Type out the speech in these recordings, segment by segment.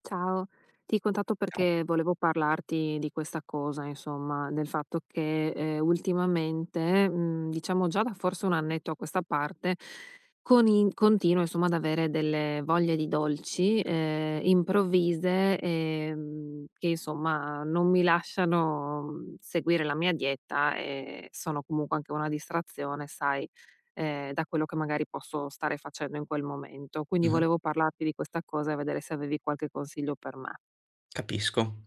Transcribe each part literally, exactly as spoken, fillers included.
Ciao, ti contatto perché volevo parlarti di questa cosa, insomma, del fatto che eh, ultimamente, mm, diciamo già da forse un annetto a questa parte, con i- continuo insomma ad avere delle voglie di dolci eh, improvvise, ehm, che insomma non mi lasciano, mm, seguire la mia dieta, e sono comunque anche una distrazione, sai, ehm, da quello che magari posso stare facendo in quel momento. Quindi Mh-mh, volevo parlarti di questa cosa e vedere se avevi qualche consiglio per me. capisco.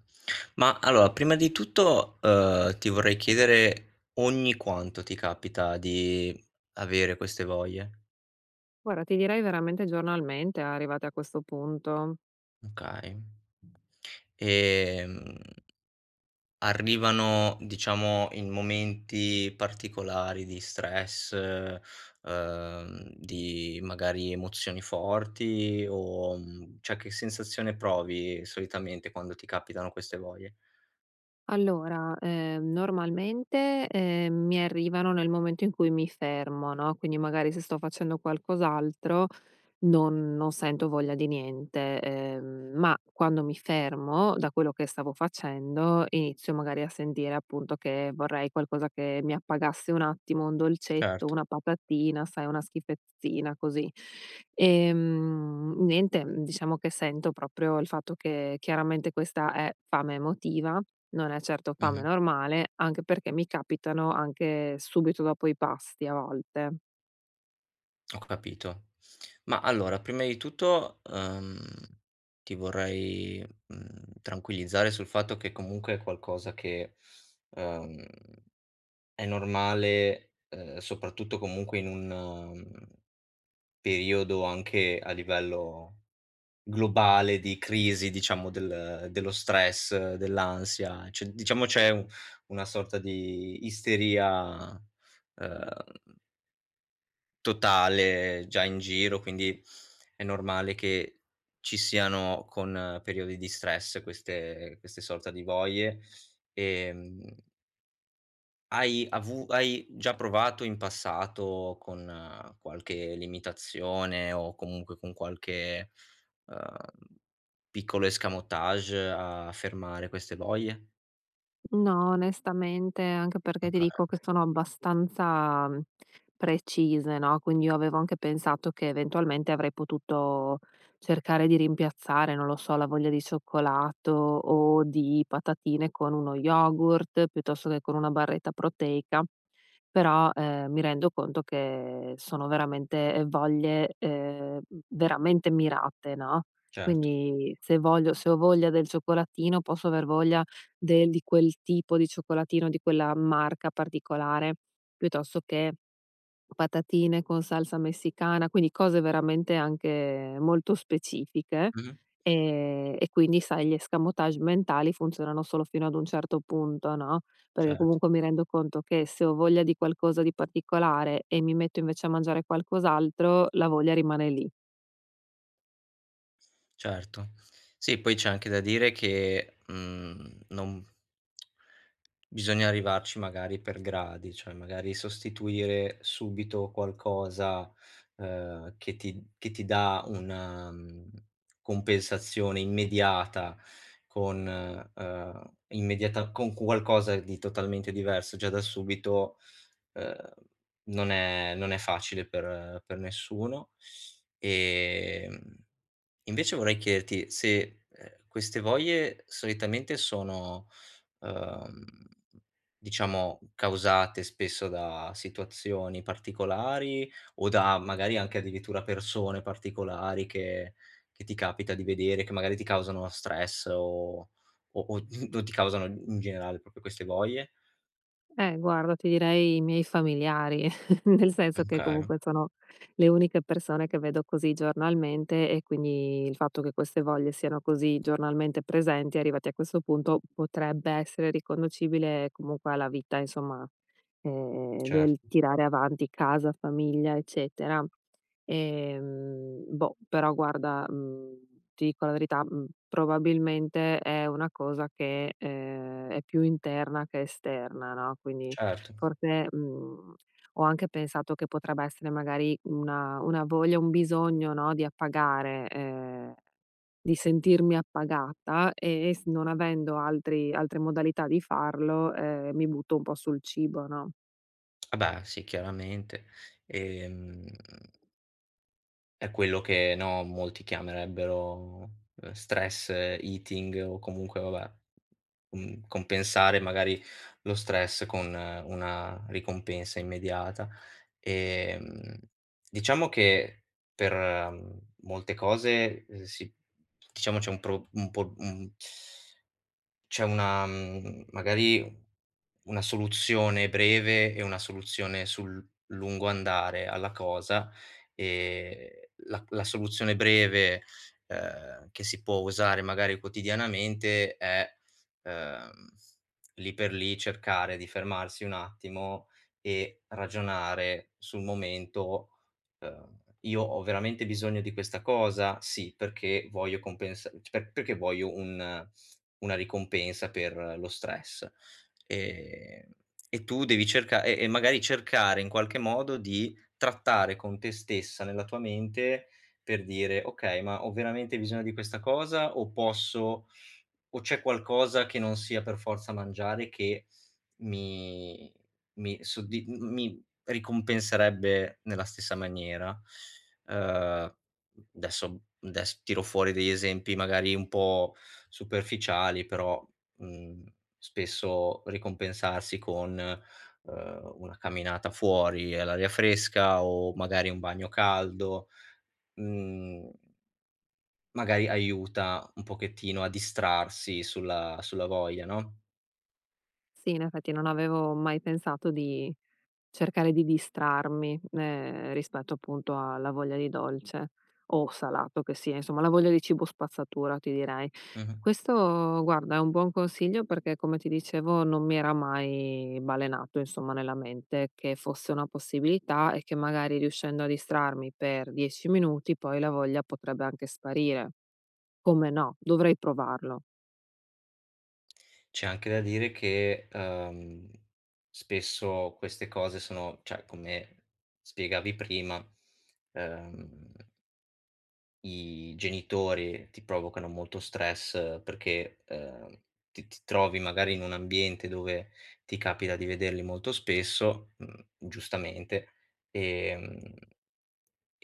Ma allora, prima di tutto, uhm, ti vorrei chiedere ogni quanto ti capita di avere queste voglie? Guarda, ti direi veramente giornalmente, arrivati a questo punto. Okay. Ehm, Arrivano diciamo in momenti particolari di stress, uhm, di magari emozioni forti o, mhmm, cioè che sensazione provi solitamente quando ti capitano queste voglie? Allora, ehm, normalmente, ehm, mi arrivano nel momento in cui mi fermo, no, quindi magari se sto facendo qualcos'altro Non non sento voglia di niente, ehm, ma quando mi fermo da quello che stavo facendo, inizio magari a sentire appunto che vorrei qualcosa che mi appagasse un attimo, un dolcetto, Certo, una patatina, sai, una schifezzina così. Ehm, niente, diciamo che sento proprio il fatto che chiaramente questa è fame emotiva, non è certo fame mh-mh. normale, anche perché mi capitano anche subito dopo i pasti a volte. Ho capito. Ma allora, prima di tutto, uhm, ti vorrei, mhmm, tranquillizzare sul fatto che comunque è qualcosa che, uhm, è normale, uhm, soprattutto comunque in un, mhmm, periodo anche a livello globale di crisi, diciamo, del dello stress, dell'ansia, cioè diciamo c'è u una sorta di isteria, uhm totale, già in giro, quindi è normale che ci siano con eh, periodi di stress queste queste sorta di voglie. Ehm, hai avu hai già provato in passato con eh, qualche limitazione o comunque con qualche, uhm, piccolo escamotage a fermare queste voglie? No, onestamente, anche perché ti dico Okay, che sono abbastanza, mhmm, precise, no, quindi io avevo anche pensato che eventualmente avrei potuto cercare di rimpiazzare, non lo so, la voglia di cioccolato o di patatine con uno yogurt, piuttosto che con una barretta proteica, però, ehm, mi rendo conto che sono veramente, ehm, voglie, ehm, veramente mirate, no, certo. quindi se voglio se ho voglia del cioccolatino, posso aver voglia del di quel tipo di cioccolatino, di quella marca particolare, piuttosto che patatine con salsa messicana, quindi cose veramente anche molto specifiche. Mh-mh, Ehm, e quindi sai gli escamotage mentali funzionano solo fino ad un certo punto, no, perché cer comunque mi rendo conto che se ho voglia di qualcosa di particolare e mi metto invece a mangiare qualcos'altro, la voglia rimane lì. certo. Sì, poi c'è anche da dire che, mhmm, non bisogna arrivarci magari per gradi, cioè magari sostituire subito qualcosa, ehm, che ti che ti dà una, mhmm, compensazione immediata con, ehm, immediata con qualcosa di totalmente diverso già da subito, ehm, non è non è facile per per nessuno. Ehm Invece vorrei chiederti se, ehm, queste voglie solitamente sono, uhm, diciamo causate spesso da situazioni particolari o da magari anche addirittura persone particolari che che ti capita di vedere, che magari ti causano stress o o o o ti causano in generale proprio queste voglie? Eh, guarda, ti direi i miei familiari, nel senso che Okay, comunque sono le uniche persone che vedo così giornalmente, e quindi il fatto che queste voglie siano così giornalmente presenti, arrivati a questo punto, potrebbe essere riconducibile comunque alla vita, insomma, eh, del certo, tirare avanti casa, famiglia, eccetera. Ehm, boh, però guarda, mhmm, ti dico la verità, mhmm, probabilmente è una cosa che, ehm, è più interna che esterna, no, quindi certo. forse, mhmm, ho anche pensato che potrebbe essere magari una una voglia, un bisogno, no, di appagare, ehm, di sentirmi appagata e s non avendo altri altre modalità di farlo, ehm, mi butto un po' sul cibo, no. Vabbè sì chiaramente. Ehm È quello che, no, molti chiamerebbero, uhm, stress eating o comunque vabbè, mhmm, compensare magari lo stress con eh, una ricompensa immediata. Ehm, diciamo che per, mhmm, molte cose, uhm, si diciamo c'è un pro un po' un c'è una mhmm, magari una soluzione breve e una soluzione sul lungo andare alla cosa, ehm, la la soluzione breve, ehm, che si può usare magari quotidianamente è, ehm, lì per lì cercare di fermarsi un attimo e ragionare sul momento, ehm: "Io ho veramente bisogno di questa cosa? Sì, perché voglio compens per perché voglio un" una ricompensa per lo stress. Ehm, e tu devi cerca e e magari cercare in qualche modo di trattare con te stessa, nella tua mente, per dire: "Okay, ma ho veramente bisogno di questa cosa o posso o c'è qualcosa che non sia per forza mangiare che mi mi soddi m mi ricompenserebbe nella stessa maniera? Uhm, adesso adesso tiro fuori degli esempi magari un po' superficiali, però, mhmm, spesso ricompensarsi con, uhm, una camminata fuori all'aria fresca o magari un bagno caldo, mhmm magari aiuta un pochettino a distrarsi sulla sulla voglia, no, Sì, in effetti non avevo mai pensato di cercare di distrarmi, ehm, rispetto appunto alla voglia di dolce o salato che sia, insomma la voglia di cibo spazzatura ti direi. mh-mh. Questo guarda è un buon consiglio, perché come ti dicevo non mi era mai balenato insomma nella mente che fosse una possibilità, e che magari riuscendo a distrarmi per dieci minuti poi la voglia potrebbe anche sparire. Come no, dovrei provarlo. C'è anche da dire che, uhm, spesso queste cose sono cioè come spiegavi prima, uhm, i genitori ti provocano molto stress perché, uhm, ti ti trovi magari in un ambiente dove ti capita di vederli molto spesso, mhmm, giustamente, ehm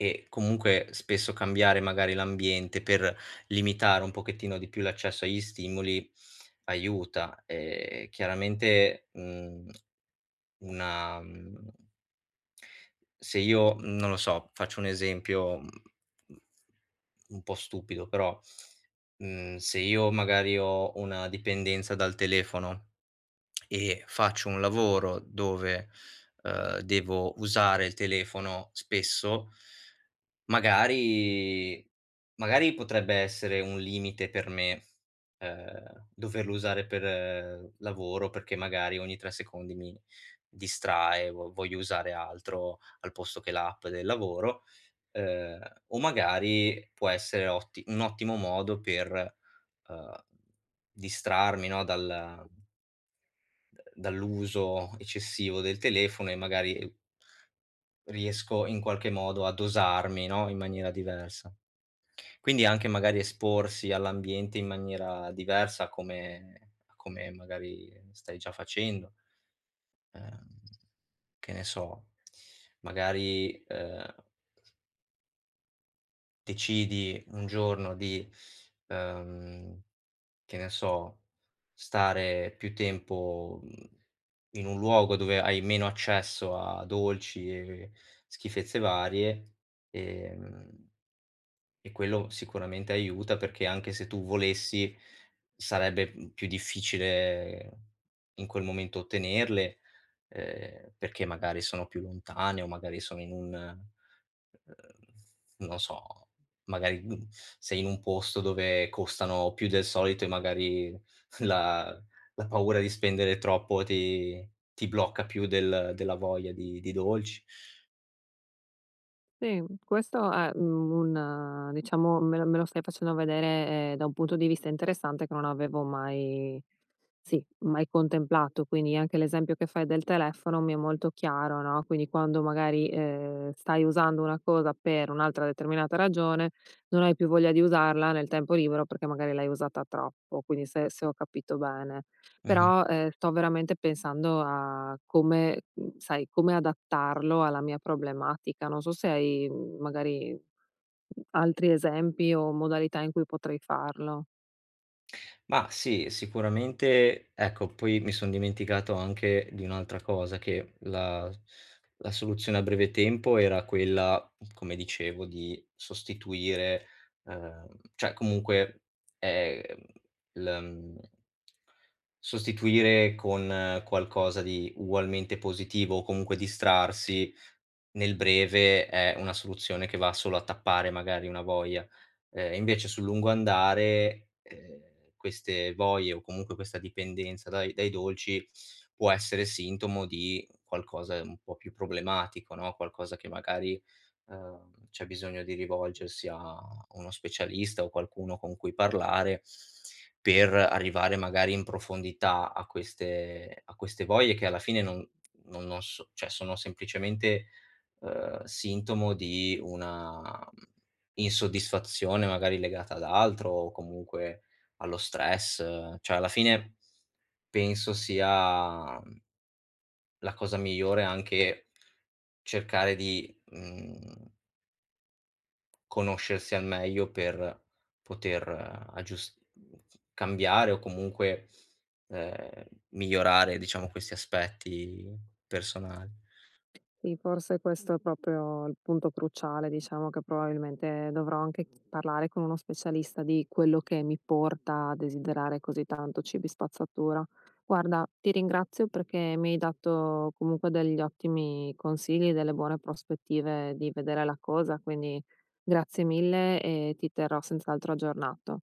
e comunque spesso cambiare magari l'ambiente per limitare un pochettino di più l'accesso agli stimoli aiuta. Ehm, chiaramente, mhmm, una mhmm, se io, mh, non lo so, faccio un esempio, mhmm, un po' stupido però, mhmm, se io magari ho una dipendenza dal telefono e faccio un lavoro dove, uhm, devo usare il telefono spesso. Magari magari potrebbe essere un limite per me, ehm, doverlo usare per eh, lavoro, perché magari ogni tre secondi mi distrae, vo voglio usare altro al posto che l'app del lavoro, ehm, o magari può essere otti un ottimo modo per, uhm, distrarmi, no, dal dall'uso eccessivo del telefono e magari riesco in qualche modo a dosarmi, no, in maniera diversa. Quindi anche magari esporsi all'ambiente in maniera diversa come a come magari stai già facendo. Ehm, che ne so, magari, ehm, decidi un giorno di, ehm, che ne so, stare più tempo, mhmm, in un luogo dove hai meno accesso a dolci e schifezze varie, ehm e quello sicuramente aiuta, perché anche se tu volessi sarebbe, mhmm, più difficile in quel momento ottenerle, ehm, perché magari sono più lontane o magari sono in un uhm, non so, magari, mhmm, sei in un posto dove costano più del solito e magari la la paura di spendere troppo ti ti blocca più del della voglia di di dolci. Sì, questo è, mhmm, un eh, diciamo me lo me lo stai facendo vedere, ehm, da un punto di vista interessante che non avevo mai sì, mai contemplato. Quindi anche l'esempio che fai del telefono mi è molto chiaro, no, quindi quando magari, ehm, stai usando una cosa per un'altra determinata ragione, non hai più voglia di usarla nel tempo libero perché magari l'hai usata troppo, quindi se se ho capito bene. Mh-mh. Però, ehm, sto veramente pensando a come, mhmm, sai, come adattarlo alla mia problematica. Non so se hai, mhmm, magari mhmm, altri esempi o modalità in cui potrei farlo. Ma sì, sicuramente ecco, poi mi son dimenticato anche di un'altra cosa, che la la soluzione a breve tempo era quella, come dicevo, di sostituire, ehm, cioè comunque, ehm, l mhmm, sostituire con eh, qualcosa di ugualmente positivo o comunque distrarsi nel breve è una soluzione che va solo a tappare magari una voglia. Ehm, invece sul lungo andare, ehm, queste voglie o comunque questa dipendenza dai dai dolci può essere sintomo di qualcosa un po' più problematico, no, qualcosa che magari, ehm, c'è bisogno di rivolgersi a uno specialista o qualcuno con cui parlare, per arrivare magari in profondità a queste a queste voglie che alla fine non non non so cioè sono semplicemente, ehm, sintomo di una insoddisfazione magari legata ad altro o comunque allo stress. Cioè alla fine penso sia, mhmm, la cosa migliore anche cercare di, mhmm, conoscersi al meglio per poter aggius cambiare o comunque, ehm, migliorare diciamo questi aspetti personali. Sì, forse questo è proprio il punto cruciale, diciamo che probabilmente dovrò anche ch- parlare con uno specialista di quello che mi porta a desiderare così tanto cibi spazzatura. Guarda, ti ringrazio perché mi hai dato comunque degli ottimi consigli, delle buone prospettive di vedere la cosa, quindi grazie mille e ti terrò senz'altro aggiornato.